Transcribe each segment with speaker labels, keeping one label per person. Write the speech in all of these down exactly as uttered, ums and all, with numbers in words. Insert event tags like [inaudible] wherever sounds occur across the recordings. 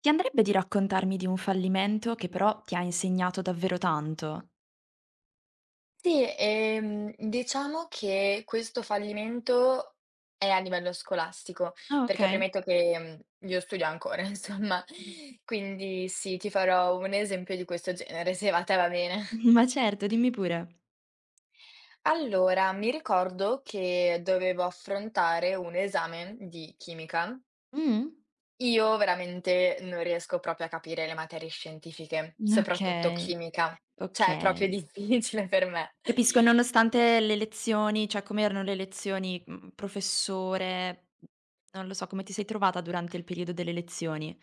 Speaker 1: Ti andrebbe di raccontarmi di un fallimento che però ti ha insegnato davvero tanto?
Speaker 2: Sì, ehm, diciamo che questo fallimento è a livello scolastico,
Speaker 1: Ah,
Speaker 2: perché
Speaker 1: okay.
Speaker 2: premetto che, mhmm, io studio ancora [laughs] insomma,
Speaker 1: Mh.
Speaker 2: quindi sì, ti farò un esempio di questo genere, se a te va bene.
Speaker 1: [laughs] Ma certo, dimmi pure.
Speaker 2: Allora, mi ricordo che dovevo affrontare un esame di chimica.
Speaker 1: Mh.
Speaker 2: Io veramente non riesco proprio a capire le materie scientifiche, soprattutto
Speaker 1: Okay,
Speaker 2: chimica, cioè è proprio [laughs]
Speaker 1: okay.
Speaker 2: difficile per me.
Speaker 1: Capisco, nonostante le lezioni cioè come erano le lezioni, mhmm, professore, non lo so, come ti sei trovata durante il periodo delle lezioni?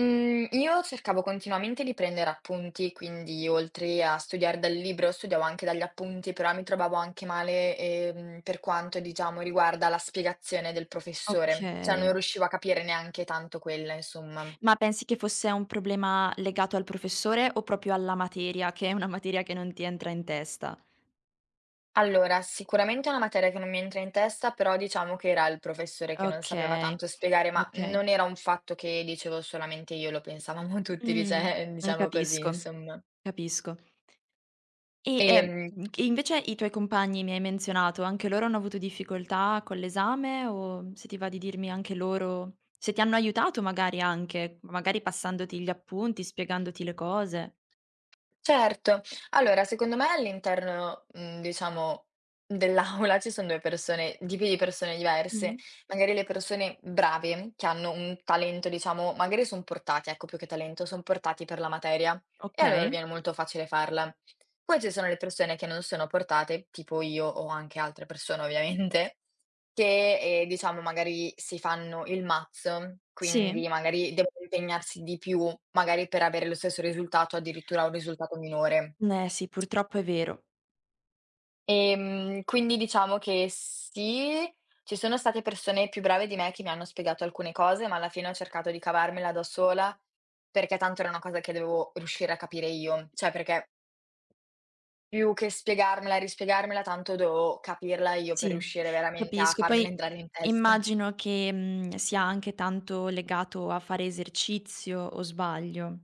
Speaker 2: Mhmm, io cercavo continuamente di prendere appunti, quindi oltre a studiare dal libro, studiavo anche dagli appunti, però mi trovavo anche male, ehm, per quanto diciamo riguarda la spiegazione del professore, cioè
Speaker 1: Okay.
Speaker 2: non riuscivo a capire neanche tanto quella, insomma.
Speaker 1: Ma pensi che fosse un problema legato al professore o proprio alla materia, che è una materia che non ti entra in testa?
Speaker 2: Allora, sicuramente è una materia che non mi entra in testa, però diciamo che era il professore che non sapeva
Speaker 1: Okay,
Speaker 2: tanto spiegare, ma
Speaker 1: okay.
Speaker 2: non era un fatto che dicevo solamente io, lo pensavamo [laughs] tutti,
Speaker 1: Mh,
Speaker 2: dice
Speaker 1: mh,
Speaker 2: diciamo così,
Speaker 1: capisco,
Speaker 2: insomma.
Speaker 1: capisco. E, ehm,
Speaker 2: Ehm
Speaker 1: mhmm, che invece i tuoi compagni mi hai menzionato, anche loro hanno avuto difficoltà con l'esame o se ti va di dirmi anche loro se ti hanno aiutato magari anche, magari passandoti gli appunti, spiegandoti le cose?
Speaker 2: Certo. Allora, secondo me all'interno, mhmm, diciamo, dell'aula [laughs] ci son due persone tipi di persone diverse.
Speaker 1: Mh,
Speaker 2: Magari le persone brave, che hanno un talento, diciamo magari son portati, ecco, più che talento, son portati per la materia e allora
Speaker 1: okay,
Speaker 2: viene molto facile farla. Poi ci sono le persone che non sono portate, tipo io o anche altre persone ovviamente, che, ehm, diciamo magari si fanno il mazzo,
Speaker 1: sì.
Speaker 2: quindi magari devono impegnarsi di più, magari per avere lo stesso risultato, addirittura un risultato minore.
Speaker 1: Eh sì, purtroppo è vero.
Speaker 2: Ehm, quindi diciamo che sì, ci sono state persone più brave di me che mi hanno spiegato alcune cose, ma alla fine ho cercato di cavarmela da sola, perché tanto era una cosa che dovevo riuscire a capire io. Cioè perché più che spiegarmela e rispiegarmela, tanto dovevo capirla io per
Speaker 1: Sì,
Speaker 2: riuscire veramente a
Speaker 1: capisco.
Speaker 2: farmela
Speaker 1: Poi
Speaker 2: entrare in testa.
Speaker 1: immagino che, mhmm, sia anche tanto legato a fare esercizio o sbaglio?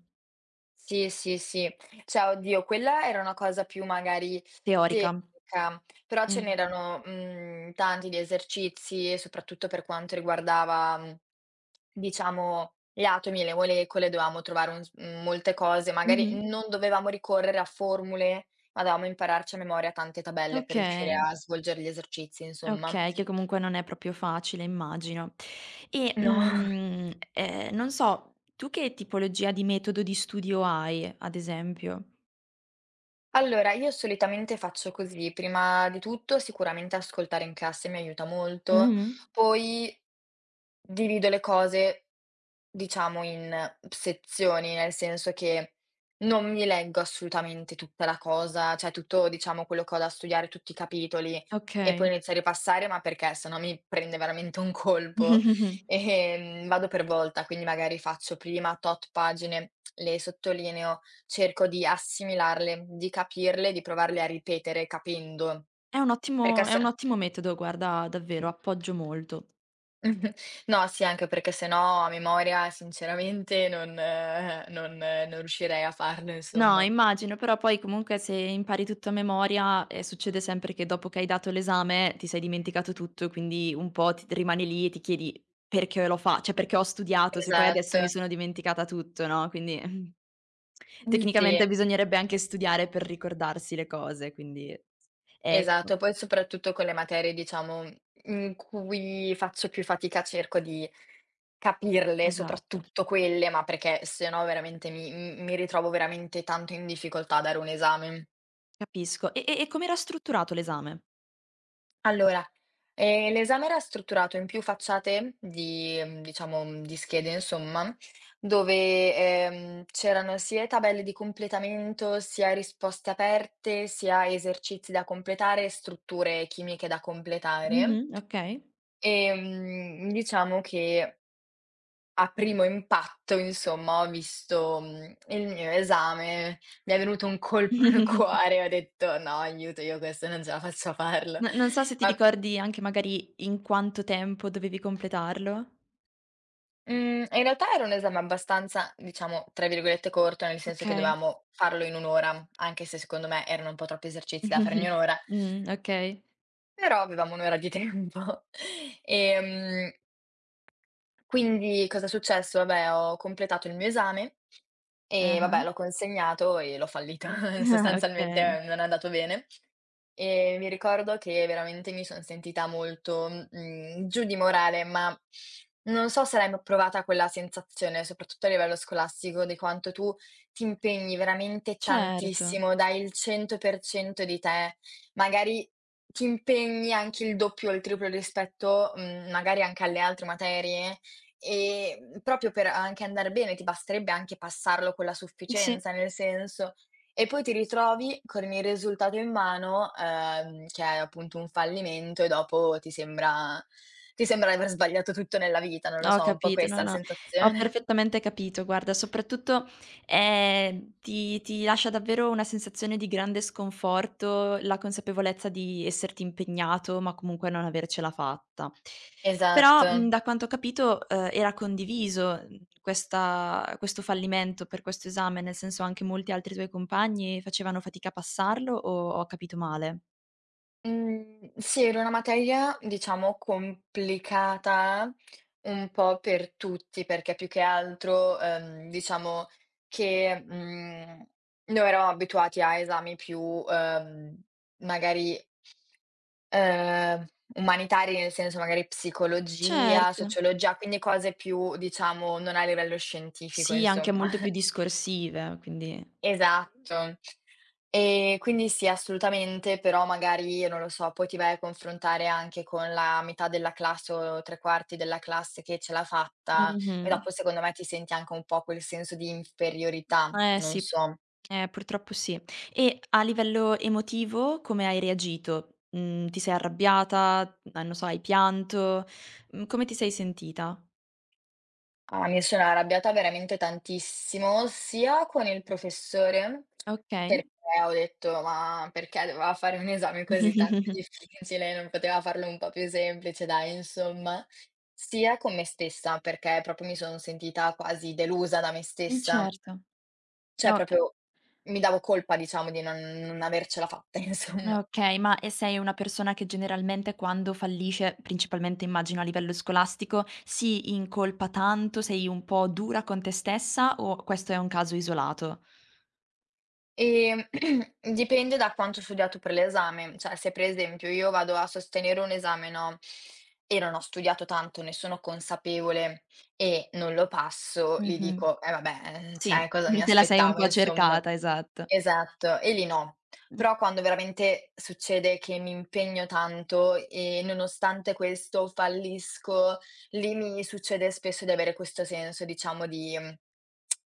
Speaker 2: Sì, sì, sì. Cioè, oddio, quella era una cosa più magari
Speaker 1: Teorica.
Speaker 2: teorica, però ce
Speaker 1: Mh.
Speaker 2: n'erano, mhmm, tanti di esercizi e soprattutto per quanto riguardava, mhmm, diciamo gli atomi e le molecole, dovevamo trovare un s mhmm, molte cose, magari
Speaker 1: Mh-mh.
Speaker 2: non dovevamo ricorrere a formule, ma dovevamo impararci a memoria tante tabelle per riuscire
Speaker 1: Okay,
Speaker 2: a svolgere gli esercizi, insomma.
Speaker 1: okay, che comunque non è proprio facile immagino. E,
Speaker 2: No.
Speaker 1: mhmm, ehm, non so, tu che tipologia di metodo di studio hai, ad esempio?
Speaker 2: Allora, io solitamente faccio così: prima di tutto sicuramente ascoltare in classe mi aiuta molto,
Speaker 1: Mh-mh.
Speaker 2: poi Divido le cose, diciamo, in sezioni, nel senso che non mi leggo assolutamente tutta la cosa, cioè tutto, diciamo, quello che ho da studiare, tutti i capitoli e poi
Speaker 1: Okay.
Speaker 2: inizio a ripassare, ma perché sennò mi prende veramente un colpo.
Speaker 1: [laughs]
Speaker 2: Ehm, vado per volta, quindi magari faccio prima tot pagine, le sottolineo, cerco di assimilarle, di capirle, di provarle a ripetere capendo,
Speaker 1: È un
Speaker 2: perché
Speaker 1: ottimo è
Speaker 2: se
Speaker 1: un ottimo metodo, guarda, davvero, appoggio molto.
Speaker 2: [laughs] Mh-mh. No, sì, anche perché se no a memoria sinceramente non eh, non eh, non riuscirei a farlo,
Speaker 1: No,
Speaker 2: insomma.
Speaker 1: immagino, però poi comunque se impari tutto a memoria, ehm, succede sempre che dopo che hai dato l'esame ti sei dimenticato tutto, quindi un po' ti rimani lì e ti chiedi: "Perché l'ho fa cioè perché ho studiato se poi
Speaker 2: Esatto.
Speaker 1: adesso mi sono dimenticata tutto", no, quindi [laughs]
Speaker 2: Mh, sì,
Speaker 1: tecnicamente bisognerebbe anche studiare per ricordarsi le cose, quindi ecco,
Speaker 2: esatto. Poi soprattutto con le materie, diciamo, in cui faccio più fatica cerco di capirle,
Speaker 1: esatto.
Speaker 2: soprattutto quelle, ma perché se no veramente mi mi mi ritrovo veramente tanto in difficoltà a dare un esame.
Speaker 1: Capisco. E e e com'era strutturato l'esame?
Speaker 2: Allora, ehm, l'esame era strutturato in più facciate di mhmm, diciamo, mhmm, di schede insomma, dove, ehm, c'erano sia tabelle di completamento, sia risposte aperte, sia esercizi da completare e strutture chimiche da completare.
Speaker 1: Mh-mh, okay.
Speaker 2: Ehm, diciamo che a primo impatto, insomma, ho visto, mhmm, il mio esame, mi è venuto un colpo al
Speaker 1: [laughs]
Speaker 2: cuore, ho detto: "No, aiuto, io questo non ce la faccio a farlo."
Speaker 1: No, non so se
Speaker 2: [laughs]
Speaker 1: ti
Speaker 2: Ma
Speaker 1: ricordi anche magari in quanto tempo dovevi completarlo?
Speaker 2: Mhmm, in realtà era un esame abbastanza, diciamo, tra virgolette "corto", nel senso che
Speaker 1: Okay.
Speaker 2: dovevamo farlo in un ora, anche se secondo me erano un po' troppi esercizi da fare in un
Speaker 1: [laughs]
Speaker 2: ora,
Speaker 1: Mh, okay.
Speaker 2: però avevamo un ora di tempo. [laughs] Ehm, quindi cosa è successo? Vabbè, ho completato il mio esame e
Speaker 1: Ah-ah.
Speaker 2: vabbè, l'ho
Speaker 1: [laughs]
Speaker 2: consegnato e l'ho fallito. [laughs]
Speaker 1: Ah,
Speaker 2: Sostanzialmente
Speaker 1: okay.
Speaker 2: eh, non è andato bene. E mi ricordo che veramente mi son sentita molto, mhmm, giù di morale, ma non so se l'hai mai provata quella sensazione, soprattutto a livello scolastico, di quanto tu ti impegni veramente
Speaker 1: Certo.
Speaker 2: tantissimo, dai il cento per cento di te, magari ti impegni anche il doppio o il triplo rispetto, mhmm, magari anche alle altre materie, ehm, proprio per anche andar bene, ti basterebbe anche passarlo con la
Speaker 1: Sì.
Speaker 2: sufficienza, nel senso e poi ti ritrovi con il risultato in mano, ehm, che è appunto un fallimento e dopo ti sembra ti sembra di aver sbagliato tutto nella vita, non lo
Speaker 1: Ho
Speaker 2: so, un po'
Speaker 1: capito, no,
Speaker 2: questa la
Speaker 1: no, ho
Speaker 2: sensazione. [laughs]
Speaker 1: perfettamente capito. Guarda, soprattutto, ehm, ti ti lascia davvero una sensazione di grande sconforto la consapevolezza di esserti impegnato, ma comunque non avercela fatta.
Speaker 2: Esatto.
Speaker 1: Però, mhmm, da quanto ho capito, ehm, era condiviso, mhmm, questa questo fallimento per questo esame, nel senso anche molti altri tuoi compagni facevano fatica a passarlo o ho capito male?
Speaker 2: Mhmm, sì, era una materia diciamo complicata un po' per tutti, perché più che altro, ehm, diciamo che, mhmm, noi eravamo abituati a esami più, ehm, magari Ehm, umanitari nel senso magari psicologia,
Speaker 1: Certo.
Speaker 2: sociologia, quindi cose più diciamo non a livello scientifico
Speaker 1: Sì, anche
Speaker 2: insomma.
Speaker 1: molto più
Speaker 2: [laughs]
Speaker 1: discorsive, quindi
Speaker 2: Esatto. E quindi sì, assolutamente, però magari, non lo so, poi ti vai a confrontare anche con la metà della classe o tre quarti della classe che ce l'ha fatta e
Speaker 1: mh-mh.
Speaker 2: dopo secondo me ti senti anche un po' quel senso di inferiorità,
Speaker 1: Eh
Speaker 2: non
Speaker 1: sì.
Speaker 2: so.
Speaker 1: Eh, purtroppo sì. E a livello emotivo come hai reagito? Mhmm, Ti sei arrabbiata, mhmm, non so, hai pianto? Mhmm, come ti sei sentita?
Speaker 2: Ah, mi sono arrabbiata veramente tantissimo, sia con il professore,
Speaker 1: Okay.
Speaker 2: perché ho detto: "Ma perché doveva fare un esame così tanto
Speaker 1: [laughs]
Speaker 2: difficile? Non poteva farlo un po' più semplice, dai, insomma". Sia con me stessa, perché proprio mi sono sentita quasi delusa da me
Speaker 1: Mh,
Speaker 2: stessa,
Speaker 1: certo.
Speaker 2: cioè
Speaker 1: O
Speaker 2: proprio mi davo colpa, diciamo, di non non avercela fatta, [laughs]
Speaker 1: ehm,
Speaker 2: insomma.
Speaker 1: Okay, ma e sei una persona che generalmente quando fallisce, principalmente immagino a livello scolastico, si incolpa tanto, sei un po' dura con te stessa o questo è un caso isolato?
Speaker 2: Ehm, [clears throat] Dipende da quanto ho studiato per l'esame. Cioè, se per esempio io vado a sostenere un esame, no, e non ho studiato tanto, ne sono consapevole e non lo passo, lì
Speaker 1: Mh-mh.
Speaker 2: dico: "Eh vabbè,
Speaker 1: Sì,
Speaker 2: cioè cosa
Speaker 1: [laughs]
Speaker 2: mi
Speaker 1: te la sei un
Speaker 2: aspettavo
Speaker 1: po'
Speaker 2: insomma".
Speaker 1: cercata, esatto.
Speaker 2: Esatto, e lì no.
Speaker 1: Mh.
Speaker 2: Però quando veramente succede che mi impegno tanto e nonostante questo fallisco, lì mi succede spesso di avere questo senso, diciamo, di mm,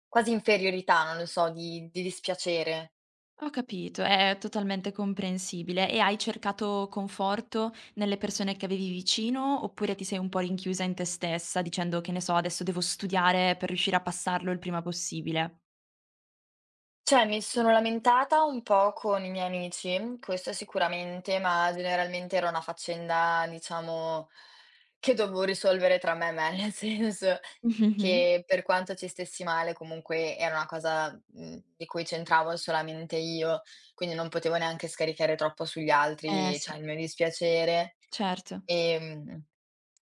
Speaker 2: quasi inferiorità, non lo so, di di dispiacere.
Speaker 1: Ho capito, è totalmente comprensibile. E hai cercato conforto nelle persone che avevi vicino oppure ti sei un po' rinchiusa in te stessa dicendo che ne so, adesso devo studiare per riuscire a passarlo il prima possibile?
Speaker 2: Cioè, mi sono lamentata un po' con i miei amici, questo sicuramente, ma generalmente era una faccenda, diciamo, che dovevo risolvere tra me e me, [laughs] nel senso
Speaker 1: Mh-mh-mh.
Speaker 2: che per quanto ci stessi male, comunque era una cosa, mhmm, di cui c'entravo solamente io, quindi non potevo neanche scaricare troppo sugli
Speaker 1: Eh
Speaker 2: altri,
Speaker 1: sì,
Speaker 2: cioè, il mio dispiacere.
Speaker 1: certo.
Speaker 2: Ehm,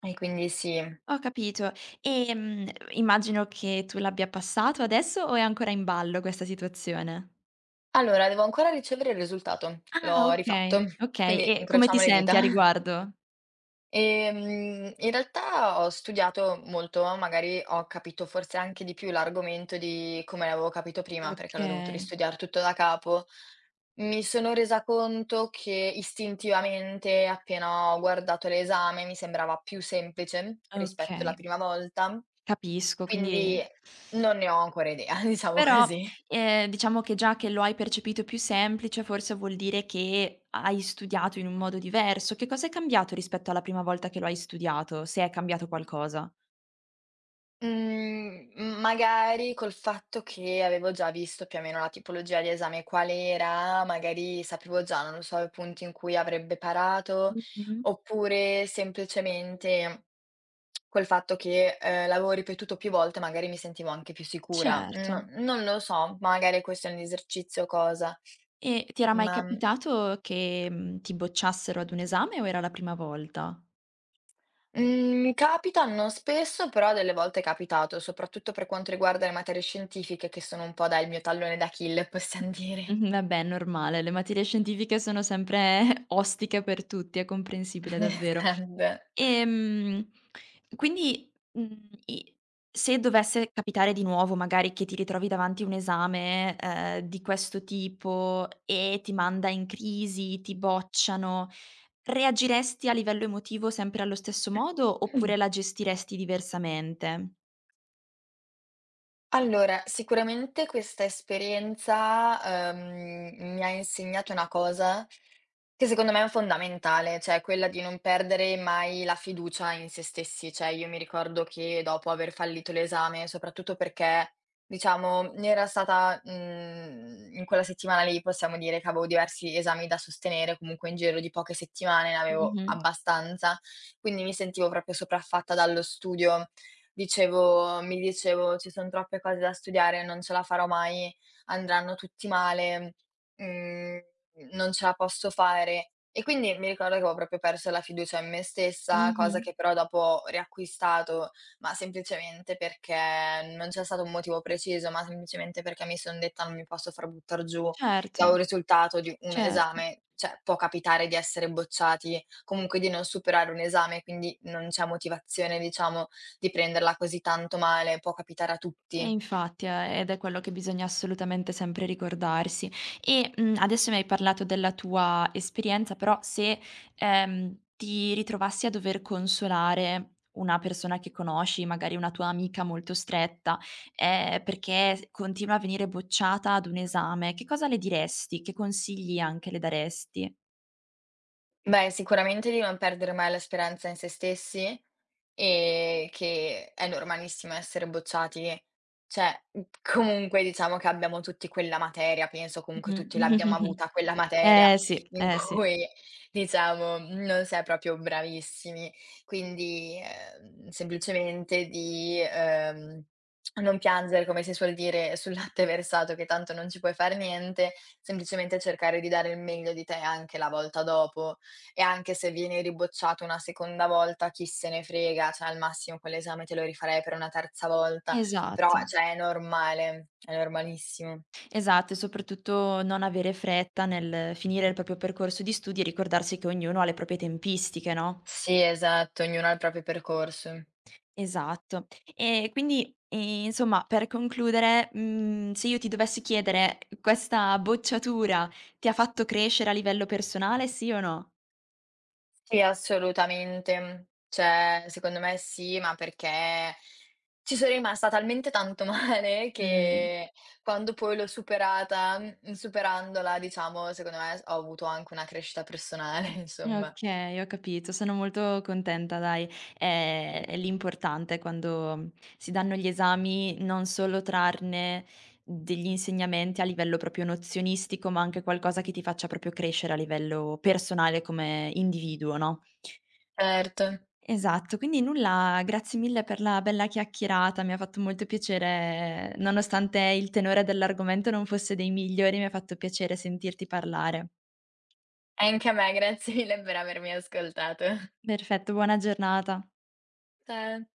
Speaker 2: e quindi sì.
Speaker 1: Ho capito. Ehm, Immagino che tu l'abbia passato adesso o è ancora in ballo questa situazione?
Speaker 2: Allora, devo ancora ricevere il risultato.
Speaker 1: Ah,
Speaker 2: L'ho rifatto,
Speaker 1: okay, okay.
Speaker 2: quindi
Speaker 1: E come ti
Speaker 2: incrociamo le dita.
Speaker 1: senti a
Speaker 2: [laughs]
Speaker 1: riguardo?
Speaker 2: Ehm, in realtà ho studiato molto, magari ho capito forse anche di più l'argomento di come l'avevo capito prima, perché l'ho dovuto
Speaker 1: Okay,
Speaker 2: ristudiare tutto da capo. Mi sono resa conto che istintivamente, appena ho guardato l'esame, mi sembrava più semplice rispetto alla
Speaker 1: okay.
Speaker 2: prima volta,
Speaker 1: Capisco,
Speaker 2: quindi
Speaker 1: quindi
Speaker 2: non ne ho ancora idea, [laughs] diciamo
Speaker 1: però,
Speaker 2: così.
Speaker 1: ehm, diciamo che già che lo hai percepito più semplice, forse vuol dire che hai studiato in un modo diverso. Che cosa è cambiato rispetto alla prima volta che lo hai studiato, se è cambiato qualcosa?
Speaker 2: Mhmm, m magari col fatto che avevo già visto più o meno la tipologia di esame qual era, magari sapevo già, non lo so, i punti in cui avrebbe parato,
Speaker 1: Mh-mh.
Speaker 2: oppure semplicemente col fatto che, ehm, l'avevo ripetuto più volte magari mi sentivo anche più sicura.
Speaker 1: Certo.
Speaker 2: No non lo so, magari questo è un esercizio o cosa,
Speaker 1: E ti era mai
Speaker 2: ma,
Speaker 1: capitato che, mhmm, ti bocciassero ad un esame o era la prima volta?
Speaker 2: mhmm, mi capita non spesso, però delle volte è capitato, soprattutto per quanto riguarda le materie scientifiche che sono un po' dai il mio tallone d'Achille, possiam dire.
Speaker 1: Mh-mh, vabbè è normale, le materie scientifiche sono sempre [laughs] ostiche per tutti, è comprensibile davvero.
Speaker 2: Grande.
Speaker 1: Ehm, quindi, mhmm, i se dovesse capitare di nuovo magari che ti ritrovi davanti un esame, ehm, di questo tipo e ti manda in crisi, ti bocciano, reagiresti a livello emotivo sempre allo stesso modo oppure la gestiresti diversamente?
Speaker 2: Allora, sicuramente questa esperienza, uhm, mi ha insegnato una cosa che secondo me è fondamentale, cioè quella di non perdere mai la fiducia in se stessi. Cioè io mi ricordo che dopo aver fallito l'esame, soprattutto perché diciamo era stata mhmm, in quella settimana lì possiamo dire che avevo diversi esami da sostenere, comunque in giro di poche settimane ne avevo
Speaker 1: Mh-mh,
Speaker 2: abbastanza, quindi mi sentivo proprio sopraffatta dallo studio. Dicevo mi dicevo: "Ci son troppe cose da studiare, non ce la farò mai, andranno tutti male, mhmm, non ce la posso fare." E quindi mi ricordo che avevo proprio perso la fiducia in me stessa, cosa
Speaker 1: mh-mh.
Speaker 2: che però dopo ho riacquistato, ma semplicemente perché non c'è stato un motivo preciso, ma semplicemente perché mi son detta: "Non mi posso far buttar giù
Speaker 1: Certo,
Speaker 2: da un risultato di un
Speaker 1: certo.
Speaker 2: esame." Cioè, può capitare di essere bocciati, comunque di non superare un esame, quindi non c'è motivazione, diciamo di prenderla così tanto male, può capitare a
Speaker 1: E
Speaker 2: tutti.
Speaker 1: infatti, eh, ed è quello che bisogna assolutamente sempre ricordarsi. E, mhmm, adesso mi hai parlato della tua esperienza, però se, ehm, ti ritrovassi a dover consolare una persona che conosci, magari una tua amica molto stretta, ehm, perché s continua a venire bocciata ad un esame, che cosa le diresti? Che consigli anche le daresti?
Speaker 2: Beh, sicuramente di non perdere mai la speranza in se stessi, Ehm, che è normalissimo essere bocciati. Cioè, mhmm, comunque diciamo che abbiamo tutti quella materia, penso comunque tutti l'abbiamo
Speaker 1: Mh-mh.
Speaker 2: avuta quella
Speaker 1: [laughs]
Speaker 2: materia
Speaker 1: Eh sì,
Speaker 2: in
Speaker 1: eh sì.
Speaker 2: cui diciamo non si è proprio bravissimi. Quindi, ehm, semplicemente di, ehm, non piangere, come si suol dire, sul latte versato che tanto non ci puoi fare niente, semplicemente cercare di dare il meglio di te anche la volta dopo. E anche se vieni ribocciato una seconda volta, chi se ne frega, cioè al massimo quell'esame te lo rifarei per una terza volta, però
Speaker 1: Esatto.
Speaker 2: cioè è normale, è normalissimo.
Speaker 1: Esatto, e soprattutto non avere fretta nel finire il proprio percorso di studi e ricordarsi che ognuno ha le proprie tempistiche, no.
Speaker 2: Sì, esatto, ognuno ha il proprio percorso.
Speaker 1: Esatto. E quindi, ehm, insomma, per concludere, mhmm, se io ti dovessi chiedere: questa bocciatura ti ha fatto crescere a livello personale, sì o no?
Speaker 2: Sì, assolutamente. Cioè, secondo me sì, ma perché ci sono rimasta talmente tanto [laughs] male
Speaker 1: Mh.
Speaker 2: che quando poi l'ho superata, mhmm, superandola diciamo, secondo me s ho avuto anche una crescita personale, [laughs] insomma.
Speaker 1: Okay, ho capito, sono molto contenta dai. È è l'importante quando si danno gli esami, non solo trarne degli insegnamenti a livello proprio nozionistico, ma anche qualcosa che ti faccia proprio crescere a livello personale come individuo, no.
Speaker 2: Certo.
Speaker 1: Esatto, quindi nulla, grazie mille per la bella chiacchierata, mi ha fatto molto piacere nonostante il tenore dell'argomento non fosse dei migliori, mi ha fatto piacere sentirti parlare.
Speaker 2: Anche a me, grazie mille per avermi ascoltato.
Speaker 1: Perfetto, buona giornata.
Speaker 2: Ciao.